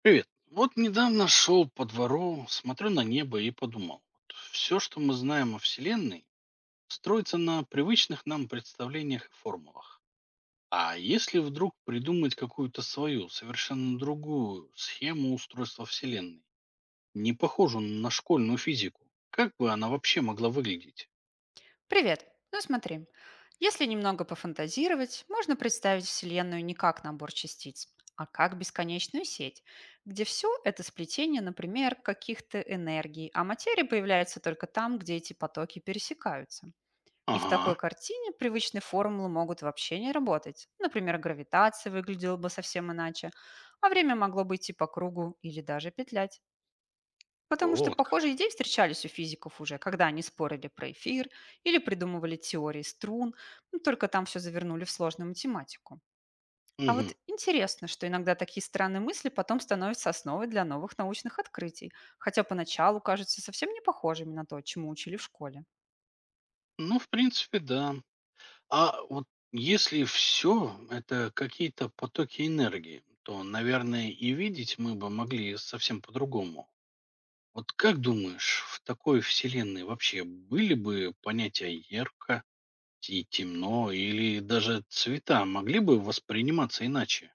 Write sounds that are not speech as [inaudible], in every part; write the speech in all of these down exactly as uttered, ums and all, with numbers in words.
Привет. Вот недавно шел по двору, смотрю на небо и подумал. Все, что мы знаем о Вселенной, строится на привычных нам представлениях и формулах. А если вдруг придумать какую-то свою, совершенно другую схему устройства Вселенной, не похожую на школьную физику, как бы она вообще могла выглядеть? Привет. Ну смотри, если немного пофантазировать, можно представить Вселенную не как набор частиц, а как бесконечную сеть, где все это сплетение, например, каких-то энергий, а материя появляется только там, где эти потоки пересекаются. И в такой Ага, картине привычные формулы могут вообще не работать. Например, гравитация выглядела бы совсем иначе, а время могло бы идти по кругу или даже петлять. Потому что вот как. похожие идеи встречались у физиков уже, когда они спорили про эфир или придумывали теории струн, ну, только там все завернули в сложную математику. А вот Мгм. интересно, что иногда такие странные мысли потом становятся основой для новых научных открытий, хотя поначалу кажутся совсем не похожими на то, чему учили в школе. Ну, в принципе, да. А вот если все это какие-то потоки энергии, то, наверное, и видеть мы бы могли совсем по-другому. Вот как думаешь, в такой вселенной вообще были бы понятия ярко и темно, или даже цвета могли бы восприниматься иначе?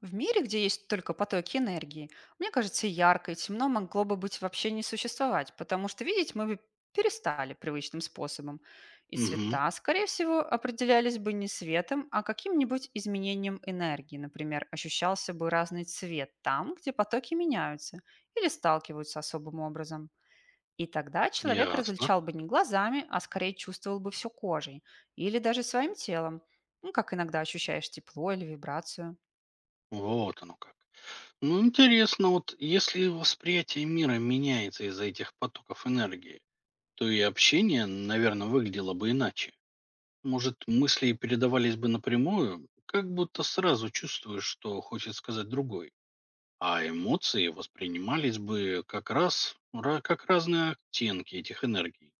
В мире, где есть только потоки энергии, мне кажется, ярко и темно могло бы быть вообще не существовать, потому что видеть мы бы перестали привычным способом. И Угу, цвета, скорее всего, определялись бы не светом, а каким-нибудь изменением энергии. Например, ощущался бы разный цвет там, где потоки меняются или сталкиваются особым образом. И тогда человек ясно. различал бы не глазами, а скорее чувствовал бы все кожей или даже своим телом, ну, как иногда ощущаешь тепло или вибрацию. Вот оно как. Ну, интересно, вот если восприятие мира меняется из-за этих потоков энергии, то и общение, наверное, выглядело бы иначе. Может, мысли и передавались бы напрямую, как будто сразу чувствуешь, что хочет сказать другой. А эмоции воспринимались бы как раз, ра- как разные оттенки этих энергий.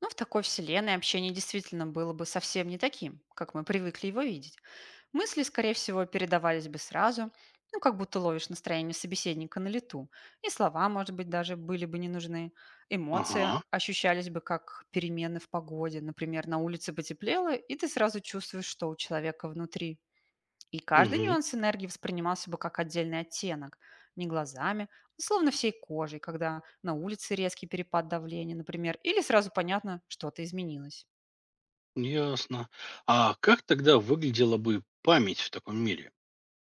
Но в такой вселенной общение действительно было бы совсем не таким, как мы привыкли его видеть. Мысли, скорее всего, передавались бы сразу, ну, как будто ловишь настроение собеседника на лету. И слова, может быть, даже были бы не нужны. Эмоции Ага, ощущались бы как перемены в погоде. Например, на улице потеплело, и ты сразу чувствуешь, что у человека внутри. И каждый угу, нюанс энергии воспринимался бы как отдельный оттенок, не глазами, а словно всей кожей, когда на улице резкий перепад давления, например, или сразу понятно, что-то изменилось. ясно. А как тогда выглядела бы память в таком мире?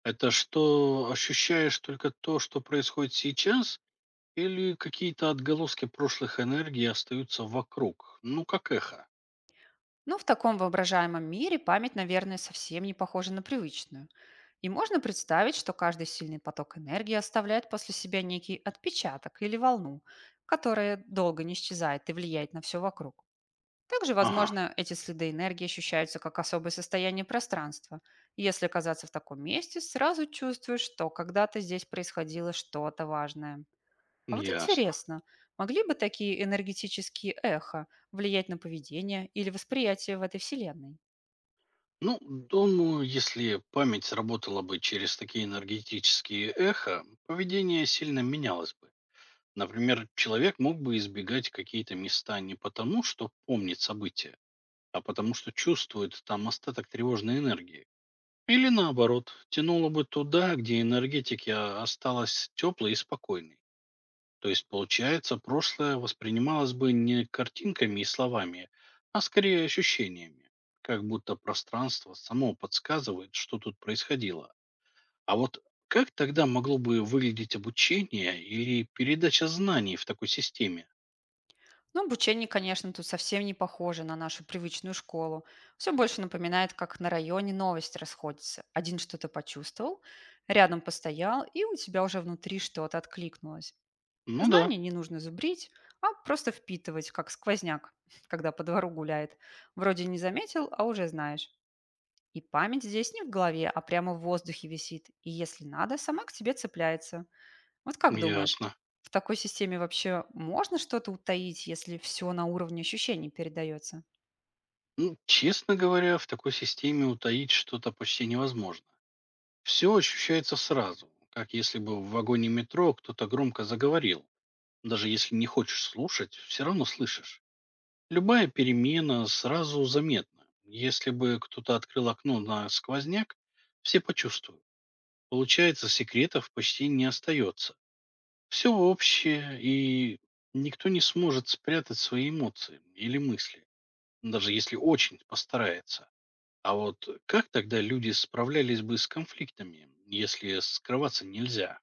Это что, ощущаешь только то, что происходит сейчас, или какие-то отголоски прошлых энергий остаются вокруг? Ну, как эхо. Но в таком воображаемом мире память, наверное, совсем не похожа на привычную. И можно представить, что каждый сильный поток энергии оставляет после себя некий отпечаток или волну, которая долго не исчезает и влияет на все вокруг. Также, Ага, возможно, эти следы энергии ощущаются как особое состояние пространства. Если оказаться в таком месте, сразу чувствуешь, что когда-то здесь происходило что-то важное. А вот ясно. интересно, могли бы такие энергетические эхо влиять на поведение или восприятие в этой вселенной? Ну, думаю, если память работала бы через такие энергетические эхо, поведение сильно менялось бы. Например, человек мог бы избегать какие-то места не потому, что помнит события, а потому что чувствует там остаток тревожной энергии. Или наоборот, тянуло бы туда, где энергетика осталась теплой и спокойной. То есть, получается, прошлое воспринималось бы не картинками и словами, а скорее ощущениями. Как будто пространство само подсказывает, что тут происходило. А вот как тогда могло бы выглядеть обучение или передача знаний в такой системе? Но обучение, конечно, тут совсем не похоже на нашу привычную школу. Все больше напоминает, как на районе новость расходится. Один что-то почувствовал, рядом постоял, и у тебя уже внутри что-то откликнулось. Ну да, Знания не нужно зубрить, а просто впитывать, как сквозняк, [laughs] когда по двору гуляет. Вроде не заметил, а уже знаешь. И память здесь не в голове, а прямо в воздухе висит. И если надо, сама к тебе цепляется. Вот как думаешь, ясно. в такой системе вообще можно что-то утаить, если все на уровне ощущений передается? Ну, честно говоря, в такой системе утаить что-то почти невозможно. Все ощущается сразу, как если бы в вагоне метро кто-то громко заговорил. Даже если не хочешь слушать, все равно слышишь. Любая перемена сразу заметна. Если бы кто-то открыл окно на сквозняк, все почувствуют. Получается, секретов почти не остается. Все общее, и никто не сможет спрятать свои эмоции или мысли, даже если очень постарается. А вот как тогда люди справлялись бы с конфликтами, если скрываться нельзя?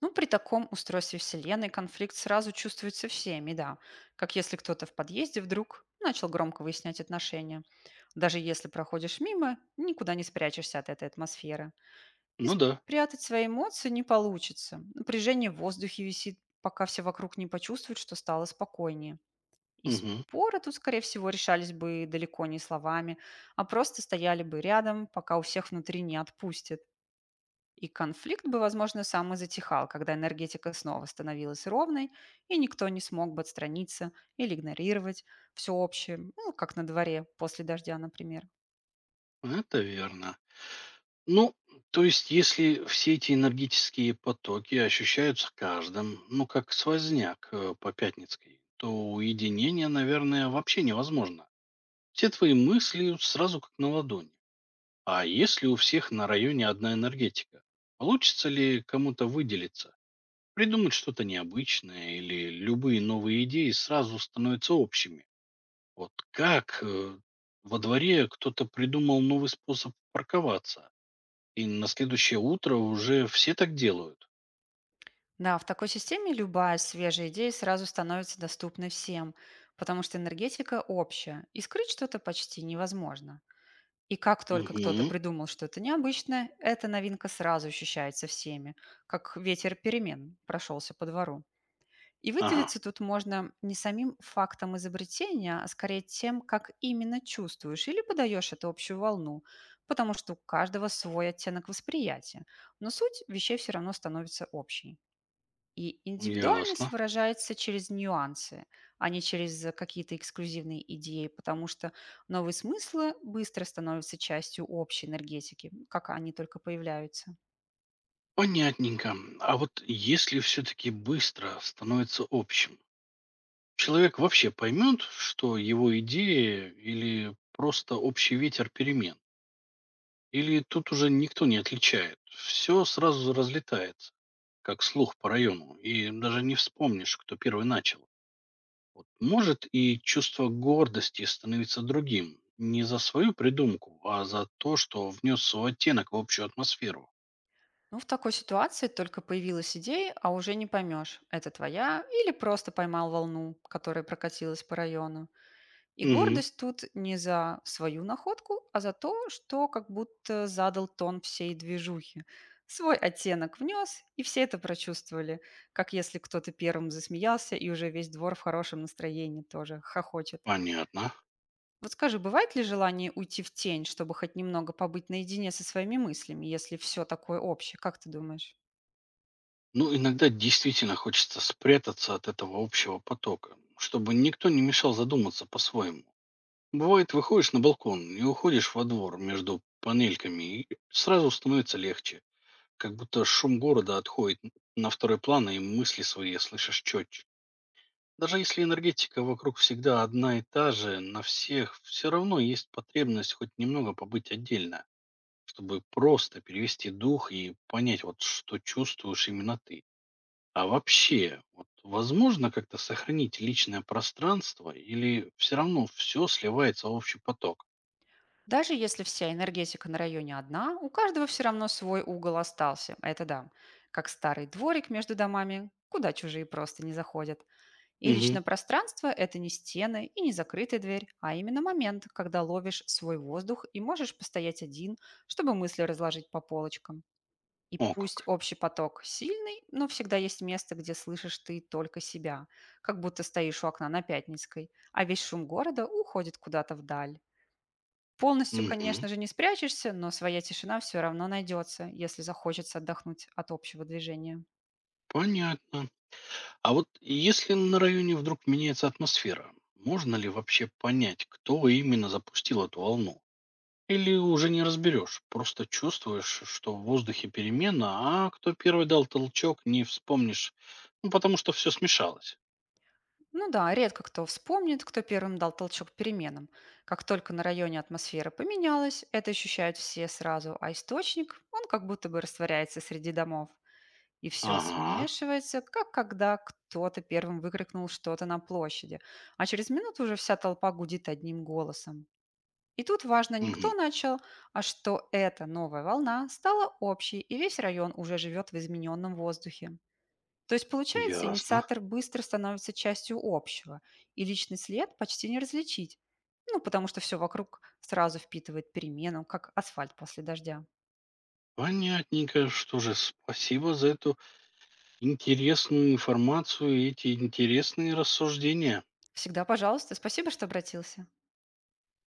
Ну, при таком устройстве Вселенной конфликт сразу чувствуется всеми, да. Как если кто-то в подъезде вдруг начал громко выяснять отношения. Даже если проходишь мимо, никуда не спрячешься от этой атмосферы. И Ну да, спрятать свои эмоции не получится. Напряжение в воздухе висит, пока все вокруг не почувствуют, что стало спокойнее. И мгм, споры тут, скорее всего, решались бы далеко не словами, а просто стояли бы рядом, пока у всех внутри не отпустят. И конфликт бы, возможно, сам и затихал, когда энергетика снова становилась ровной, и никто не смог бы отстраниться или игнорировать всеобщее, ну, как на дворе после дождя, например. это верно. Ну, то есть, если все эти энергетические потоки ощущаются каждым, ну, как сквозняк э, по Пятницкой, то уединение, наверное, вообще невозможно. Все твои мысли сразу как на ладони. А если у всех на районе одна энергетика, получится ли кому-то выделиться, придумать что-то необычное или любые новые идеи сразу становятся общими? Вот как э, во дворе кто-то придумал новый способ парковаться, и на следующее утро уже все так делают? Да, в такой системе любая свежая идея сразу становится доступной всем, потому что энергетика общая, и скрыть что-то почти невозможно. И как только кто-то Мгм. придумал что-то необычное, эта новинка сразу ощущается всеми, как ветер перемен прошелся по двору. И Ага, выделиться тут можно не самим фактом изобретения, а скорее тем, как именно чувствуешь или подаешь эту общую волну, потому что у каждого свой оттенок восприятия, но суть вещей все равно становится общей. И индивидуальность ясно. выражается через нюансы, а не через э, какие-то эксклюзивные идеи, потому что новые смыслы быстро становятся частью общей энергетики, как они только появляются. Понятненько. А вот если все-таки быстро становится общим, человек вообще поймет, что его идея или просто общий ветер перемен? Или тут уже никто не отличает? Все сразу разлетается, как слух по району, и даже не вспомнишь, кто первый начал. Вот может и чувство гордости становиться другим, не за свою придумку, а за то, что внес свой оттенок в общую атмосферу. Ну, в такой ситуации только появилась идея, а уже не поймешь, это твоя или просто поймал волну, которая прокатилась по району. И Угу, гордость тут не за свою находку, а за то, что как будто задал тон всей движухи. Свой оттенок внес, и все это прочувствовали, как если кто-то первым засмеялся, и уже весь двор в хорошем настроении тоже хохочет. понятно. Вот скажи, бывает ли желание уйти в тень, чтобы хоть немного побыть наедине со своими мыслями, если все такое общее? Как ты думаешь? Ну, иногда действительно хочется спрятаться от этого общего потока, чтобы никто не мешал задуматься по-своему. Бывает, выходишь на балкон и уходишь во двор между панельками, и сразу становится легче. Как будто шум города отходит на второй план, и мысли свои слышишь четче. Даже если энергетика вокруг всегда одна и та же, на всех все равно есть потребность хоть немного побыть отдельно, чтобы просто перевести дух и понять, вот что чувствуешь именно ты. А вообще, вот возможно как-то сохранить личное пространство или все равно все сливается в общий поток? Даже если вся энергетика на районе одна, у каждого все равно свой угол остался. Это да. Как старый дворик между домами, куда чужие просто не заходят. И Угу. личное пространство– это не стены и не закрытая дверь, а именно момент, когда ловишь свой воздух и можешь постоять один, чтобы мысли разложить по полочкам. И О пусть как. общий поток сильный, но всегда есть место, где слышишь ты только себя, как будто стоишь у окна на Пятницкой, а весь шум города уходит куда-то вдаль. Полностью, конечно Угу. же, не спрячешься, но своя тишина все равно найдется, если захочется отдохнуть от общего движения. Понятно. А вот если на районе вдруг меняется атмосфера, можно ли вообще понять, кто именно запустил эту волну? Или уже не разберешь, просто чувствуешь, что в воздухе перемена, а кто первый дал толчок, не вспомнишь, ну, потому что все смешалось. Ну да, редко кто вспомнит, кто первым дал толчок к переменам. Как только на районе атмосфера поменялась, это ощущают все сразу, а источник, он как будто бы растворяется среди домов. И все Ага, смешивается, как когда кто-то первым выкрикнул что-то на площади, а через минуту уже вся толпа гудит одним голосом. И тут важно не мгм, кто начал, а что эта новая волна стала общей, и весь район уже живет в измененном воздухе. То есть, получается, ясно. инициатор быстро становится частью общего, и личный след почти не различить, ну, потому что все вокруг сразу впитывает перемену, как асфальт после дождя. Понятненько, что же, спасибо за эту интересную информацию и эти интересные рассуждения. Всегда пожалуйста. Спасибо, что обратился.